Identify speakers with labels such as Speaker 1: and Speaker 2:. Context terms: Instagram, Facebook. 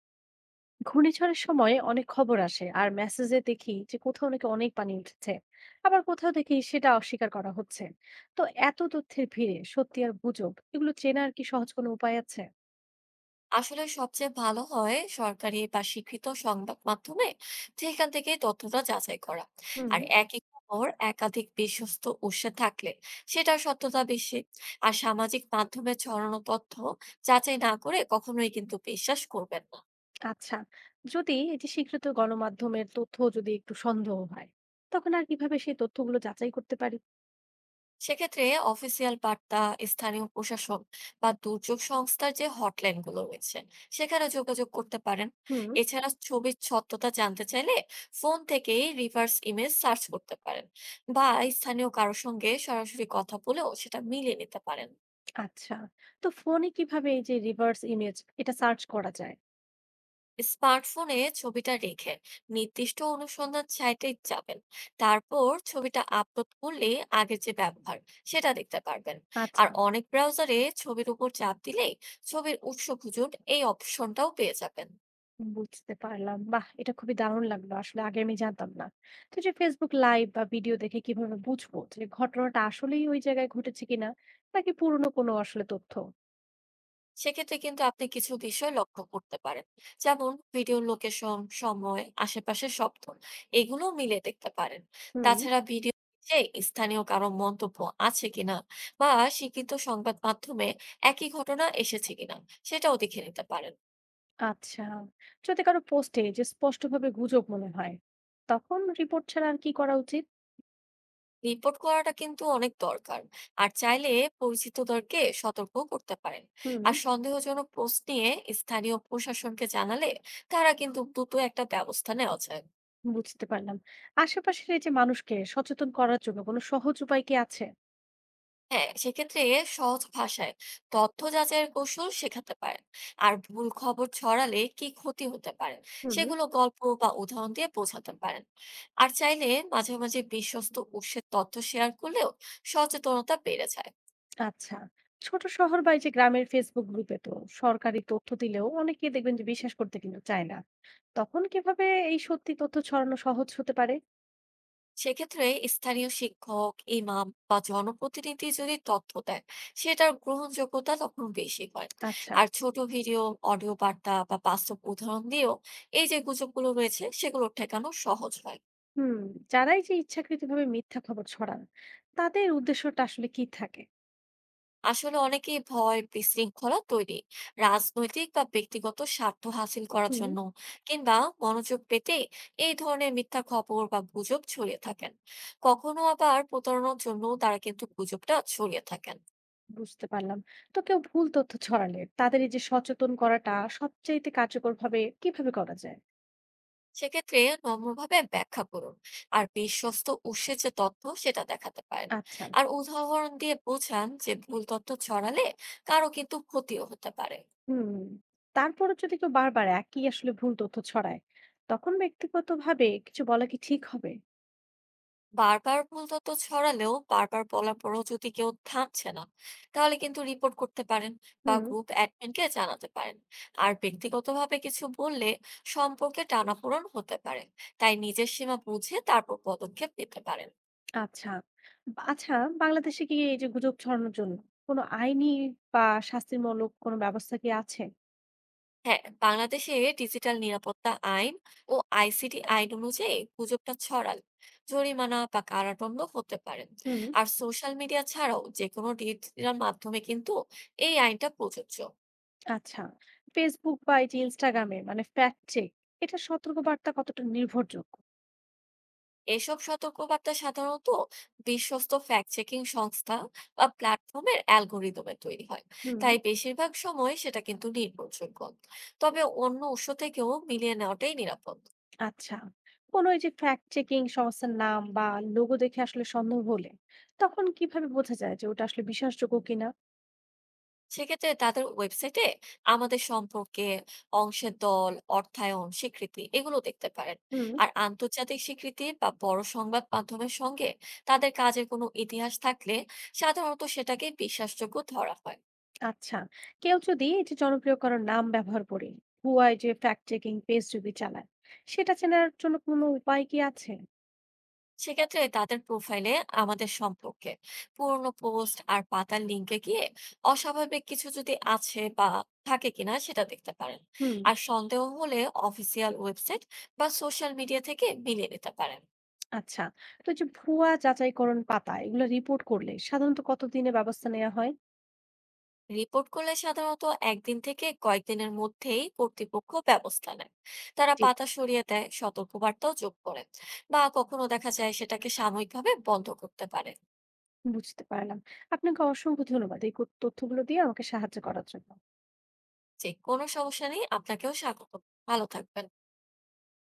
Speaker 1: ঘূর্ণিঝড়ের সময় অনেক খবর আসে আর মেসেজে দেখি যে কোথাও নাকি অনেক পানি উঠছে, আবার কোথাও দেখি সেটা অস্বীকার করা হচ্ছে। তো এত তথ্যের ভিড়ে সত্যি আর গুজব এগুলো চেনার কি সহজ কোনো উপায় আছে?
Speaker 2: আসলে সবচেয়ে ভালো হয় সরকারি বা স্বীকৃত সংবাদ মাধ্যমে সেখান থেকে তথ্যটা যাচাই করা।
Speaker 1: হুম।
Speaker 2: আর একই খবর একাধিক বিশ্বস্ত উৎসে থাকলে সেটার সত্যতা বেশি। আর সামাজিক মাধ্যমে ছড়ানো তথ্য যাচাই না করে কখনোই কিন্তু বিশ্বাস করবেন না।
Speaker 1: আচ্ছা, যদি এই যে স্বীকৃত গণমাধ্যমের তথ্য যদি একটু সন্দেহ হয়, তখন আর কিভাবে সেই তথ্যগুলো যাচাই করতে পারি?
Speaker 2: সেক্ষেত্রে অফিসিয়াল বার্তা, স্থানীয় প্রশাসন বা দুর্যোগ সংস্থার যে হটলাইন গুলো রয়েছে সেখানে যোগাযোগ করতে পারেন।
Speaker 1: হুম।
Speaker 2: এছাড়া ছবির সত্যতা জানতে চাইলে ফোন থেকেই রিভার্স ইমেজ সার্চ করতে পারেন, বা স্থানীয় কারোর সঙ্গে সরাসরি কথা বলেও সেটা মিলিয়ে নিতে পারেন।
Speaker 1: আচ্ছা, তো ফোনে কিভাবে এই যে রিভার্স ইমেজ এটা সার্চ করা যায়?
Speaker 2: স্মার্টফোনে ছবিটা রেখে নির্দিষ্ট অনুসন্ধান সাইটে যাবেন, তারপর ছবিটা আপলোড করলে আগের যে ব্যবহার সেটা দেখতে পারবেন। আর
Speaker 1: আচ্ছা,
Speaker 2: অনেক ব্রাউজারে ছবির উপর চাপ দিলে ছবির উৎস খুঁজুন, এই অপশনটাও পেয়ে যাবেন।
Speaker 1: বুঝতে পারলাম। বাহ! এটা খুবই দারুণ লাগলো। আসলে আগে আমি জানতাম না। তো এই যে Facebook লাইভ বা ভিডিও দেখে কিভাবে বুঝবো যে ঘটনাটা আসলেই ওই জায়গায় ঘটেছে কিনা, নাকি পুরনো কোনো আসলে তথ্য?
Speaker 2: সেক্ষেত্রে কিন্তু আপনি কিছু বিষয় লক্ষ্য করতে পারেন, যেমন ভিডিও, লোকেশন, সময়, আশেপাশের শব্দ, এগুলো মিলে দেখতে পারেন।
Speaker 1: হুম।
Speaker 2: তাছাড়া ভিডিও স্থানীয় কারো মন্তব্য আছে কিনা, বা স্বীকৃত সংবাদ মাধ্যমে একই ঘটনা এসেছে কিনা সেটাও দেখে নিতে পারেন।
Speaker 1: আচ্ছা। যদি কারো পোস্টে যে স্পষ্টভাবে গুজব মনে হয়, তখন রিপোর্ট ছাড়া আর কি করা উচিত?
Speaker 2: রিপোর্ট করাটা কিন্তু অনেক দরকার। আর চাইলে পরিচিতদেরকে সতর্ক করতে পারেন।
Speaker 1: হুম।
Speaker 2: আর সন্দেহজনক পোস্ট নিয়ে স্থানীয় প্রশাসনকে জানালে তারা কিন্তু দ্রুত একটা ব্যবস্থা নেওয়া যায়।
Speaker 1: বুঝতে পারলাম। আশেপাশের এই যে মানুষকে সচেতন করার জন্য কোনো সহজ উপায় কি আছে?
Speaker 2: হ্যাঁ, সেক্ষেত্রে সহজ ভাষায় তথ্য যাচাইয়ের কৌশল শেখাতে পারেন। আর ভুল খবর ছড়ালে কি ক্ষতি হতে পারে
Speaker 1: হুম।
Speaker 2: সেগুলো গল্প বা উদাহরণ দিয়ে বোঝাতে পারেন। আর চাইলে মাঝে মাঝে বিশ্বস্ত উৎসের তথ্য শেয়ার করলেও সচেতনতা বেড়ে যায়।
Speaker 1: আচ্ছা, ছোট শহর বা এই যে গ্রামের ফেসবুক গ্রুপে তো সরকারি তথ্য দিলেও অনেকেই দেখবেন যে বিশ্বাস করতে কিন্তু চায় না, তখন কিভাবে এই সত্যি তথ্য ছড়ানো সহজ হতে পারে?
Speaker 2: সেক্ষেত্রে স্থানীয় শিক্ষক, ইমাম বা জনপ্রতিনিধি যদি তথ্য দেন সেটার গ্রহণযোগ্যতা তখন বেশি হয়।
Speaker 1: আচ্ছা।
Speaker 2: আর ছোট ভিডিও, অডিও বার্তা বা বাস্তব উদাহরণ দিয়েও এই যে গুজবগুলো রয়েছে সেগুলো ঠেকানো সহজ হয়।
Speaker 1: হুম। যারাই যে ইচ্ছাকৃতভাবে মিথ্যা খবর ছড়ান, তাদের উদ্দেশ্যটা আসলে কি থাকে?
Speaker 2: আসলে অনেকেই ভয়, বিশৃঙ্খলা তৈরি, রাজনৈতিক বা ব্যক্তিগত স্বার্থ হাসিল করার
Speaker 1: হুম।
Speaker 2: জন্য, কিংবা মনোযোগ পেতে এই ধরনের মিথ্যা খবর বা গুজব ছড়িয়ে থাকেন। কখনো আবার প্রতারণার জন্য তারা কিন্তু গুজবটা ছড়িয়ে থাকেন।
Speaker 1: বুঝতে পারলাম। তো কেউ ভুল তথ্য ছড়ালে তাদের এই যে সচেতন করাটা সবচাইতে কার্যকর ভাবে কিভাবে করা যায়?
Speaker 2: সেক্ষেত্রে নম্রভাবে ব্যাখ্যা করুন, আর বিশ্বস্ত উৎসের যে তথ্য সেটা দেখাতে পারেন।
Speaker 1: আচ্ছা।
Speaker 2: আর উদাহরণ দিয়ে বোঝান যে ভুল তথ্য ছড়ালে কারো কিন্তু ক্ষতিও হতে পারে।
Speaker 1: হুম, তারপরও যদি কেউ বারবার একই আসলে ভুল তথ্য ছড়ায়, তখন ব্যক্তিগতভাবে কিছু বলা কি ঠিক হবে?
Speaker 2: বারবার ভুল তথ্য ছড়ালেও, বারবার বলার পরও যদি কেউ থামছে না, তাহলে কিন্তু রিপোর্ট করতে পারেন, বা
Speaker 1: হুম।
Speaker 2: গ্রুপ অ্যাডমিনকে জানাতে পারেন। আর ব্যক্তিগতভাবে কিছু বললে সম্পর্কে টানাপোড়েন হতে পারে, তাই নিজের সীমা বুঝে তারপর পদক্ষেপ নিতে পারেন।
Speaker 1: আচ্ছা, আচ্ছা, বাংলাদেশে কি এই যে গুজব ছড়ানোর জন্য কোনো আইনি বা শাস্তিমূলক কোনো ব্যবস্থা কি আছে?
Speaker 2: হ্যাঁ, বাংলাদেশে ডিজিটাল নিরাপত্তা আইন ও আইসিটি আইন অনুযায়ী গুজবটা ছড়ালে জরিমানা বা কারাদণ্ড হতে পারেন।
Speaker 1: হুম।
Speaker 2: আর সোশ্যাল মিডিয়া ছাড়াও যে কোনো ডিজিটাল মাধ্যমে কিন্তু এই আইনটা প্রযোজ্য।
Speaker 1: আচ্ছা, ফেসবুক বা এই যে ইনস্টাগ্রামে মানে ফ্যাক্ট চেক এটা সতর্কবার্তা কতটা নির্ভরযোগ্য?
Speaker 2: এসব সতর্কবার্তা সাধারণত বিশ্বস্ত ফ্যাক্ট চেকিং সংস্থা বা প্ল্যাটফর্মের অ্যালগোরিদমে তৈরি হয়।
Speaker 1: হুম।
Speaker 2: তাই বেশিরভাগ সময় সেটা কিন্তু নির্ভরযোগ্য, তবে অন্য উৎস থেকেও মিলিয়ে নেওয়াটাই নিরাপদ।
Speaker 1: আচ্ছা, কোনো এই যে ফ্যাক্ট চেকিং সংস্থার নাম বা লোগো দেখে আসলে সন্দেহ হলে তখন কিভাবে বোঝা যায় যে ওটা আসলে বিশ্বাসযোগ্য কিনা?
Speaker 2: সেক্ষেত্রে তাদের ওয়েবসাইটে আমাদের সম্পর্কে অংশের দল, অর্থায়ন, স্বীকৃতি, এগুলো দেখতে পারেন।
Speaker 1: হুম।
Speaker 2: আর আন্তর্জাতিক স্বীকৃতি বা বড় সংবাদ মাধ্যমের সঙ্গে তাদের কাজের কোনো ইতিহাস থাকলে সাধারণত সেটাকে বিশ্বাসযোগ্য ধরা হয়।
Speaker 1: আচ্ছা, কেউ যদি এই যে জনপ্রিয় কারোর নাম ব্যবহার করে ভুয়ায় যে ফ্যাক্ট চেকিং পেজ যদি চালায়, সেটা চেনার জন্য কোনো উপায় কি আছে?
Speaker 2: সেক্ষেত্রে তাদের প্রোফাইলে আমাদের সম্পর্কে, পুরনো পোস্ট আর পাতার লিঙ্কে গিয়ে অস্বাভাবিক কিছু যদি আছে বা থাকে কিনা সেটা দেখতে পারেন।
Speaker 1: হুম।
Speaker 2: আর সন্দেহ হলে অফিসিয়াল ওয়েবসাইট বা সোশ্যাল মিডিয়া থেকে মিলিয়ে নিতে পারেন।
Speaker 1: আচ্ছা, তো এই যে ভুয়া যাচাইকরণ পাতা এগুলো রিপোর্ট করলে সাধারণত কতদিনে ব্যবস্থা নেওয়া হয়?
Speaker 2: রিপোর্ট করলে সাধারণত একদিন থেকে কয়েকদিনের মধ্যেই কর্তৃপক্ষ ব্যবস্থা নেয়, তারা
Speaker 1: জি।
Speaker 2: পাতা সরিয়ে দেয়, সতর্কবার্তাও যোগ করে, বা কখনো দেখা যায় সেটাকে সাময়িকভাবে বন্ধ করতে পারে।
Speaker 1: বুঝতে পারলাম। আপনাকে অসংখ্য ধন্যবাদ এই তথ্যগুলো দিয়ে আমাকে সাহায্য করার জন্য।
Speaker 2: যে কোনো সমস্যা নেই, আপনাকেও স্বাগত। ভালো থাকবেন।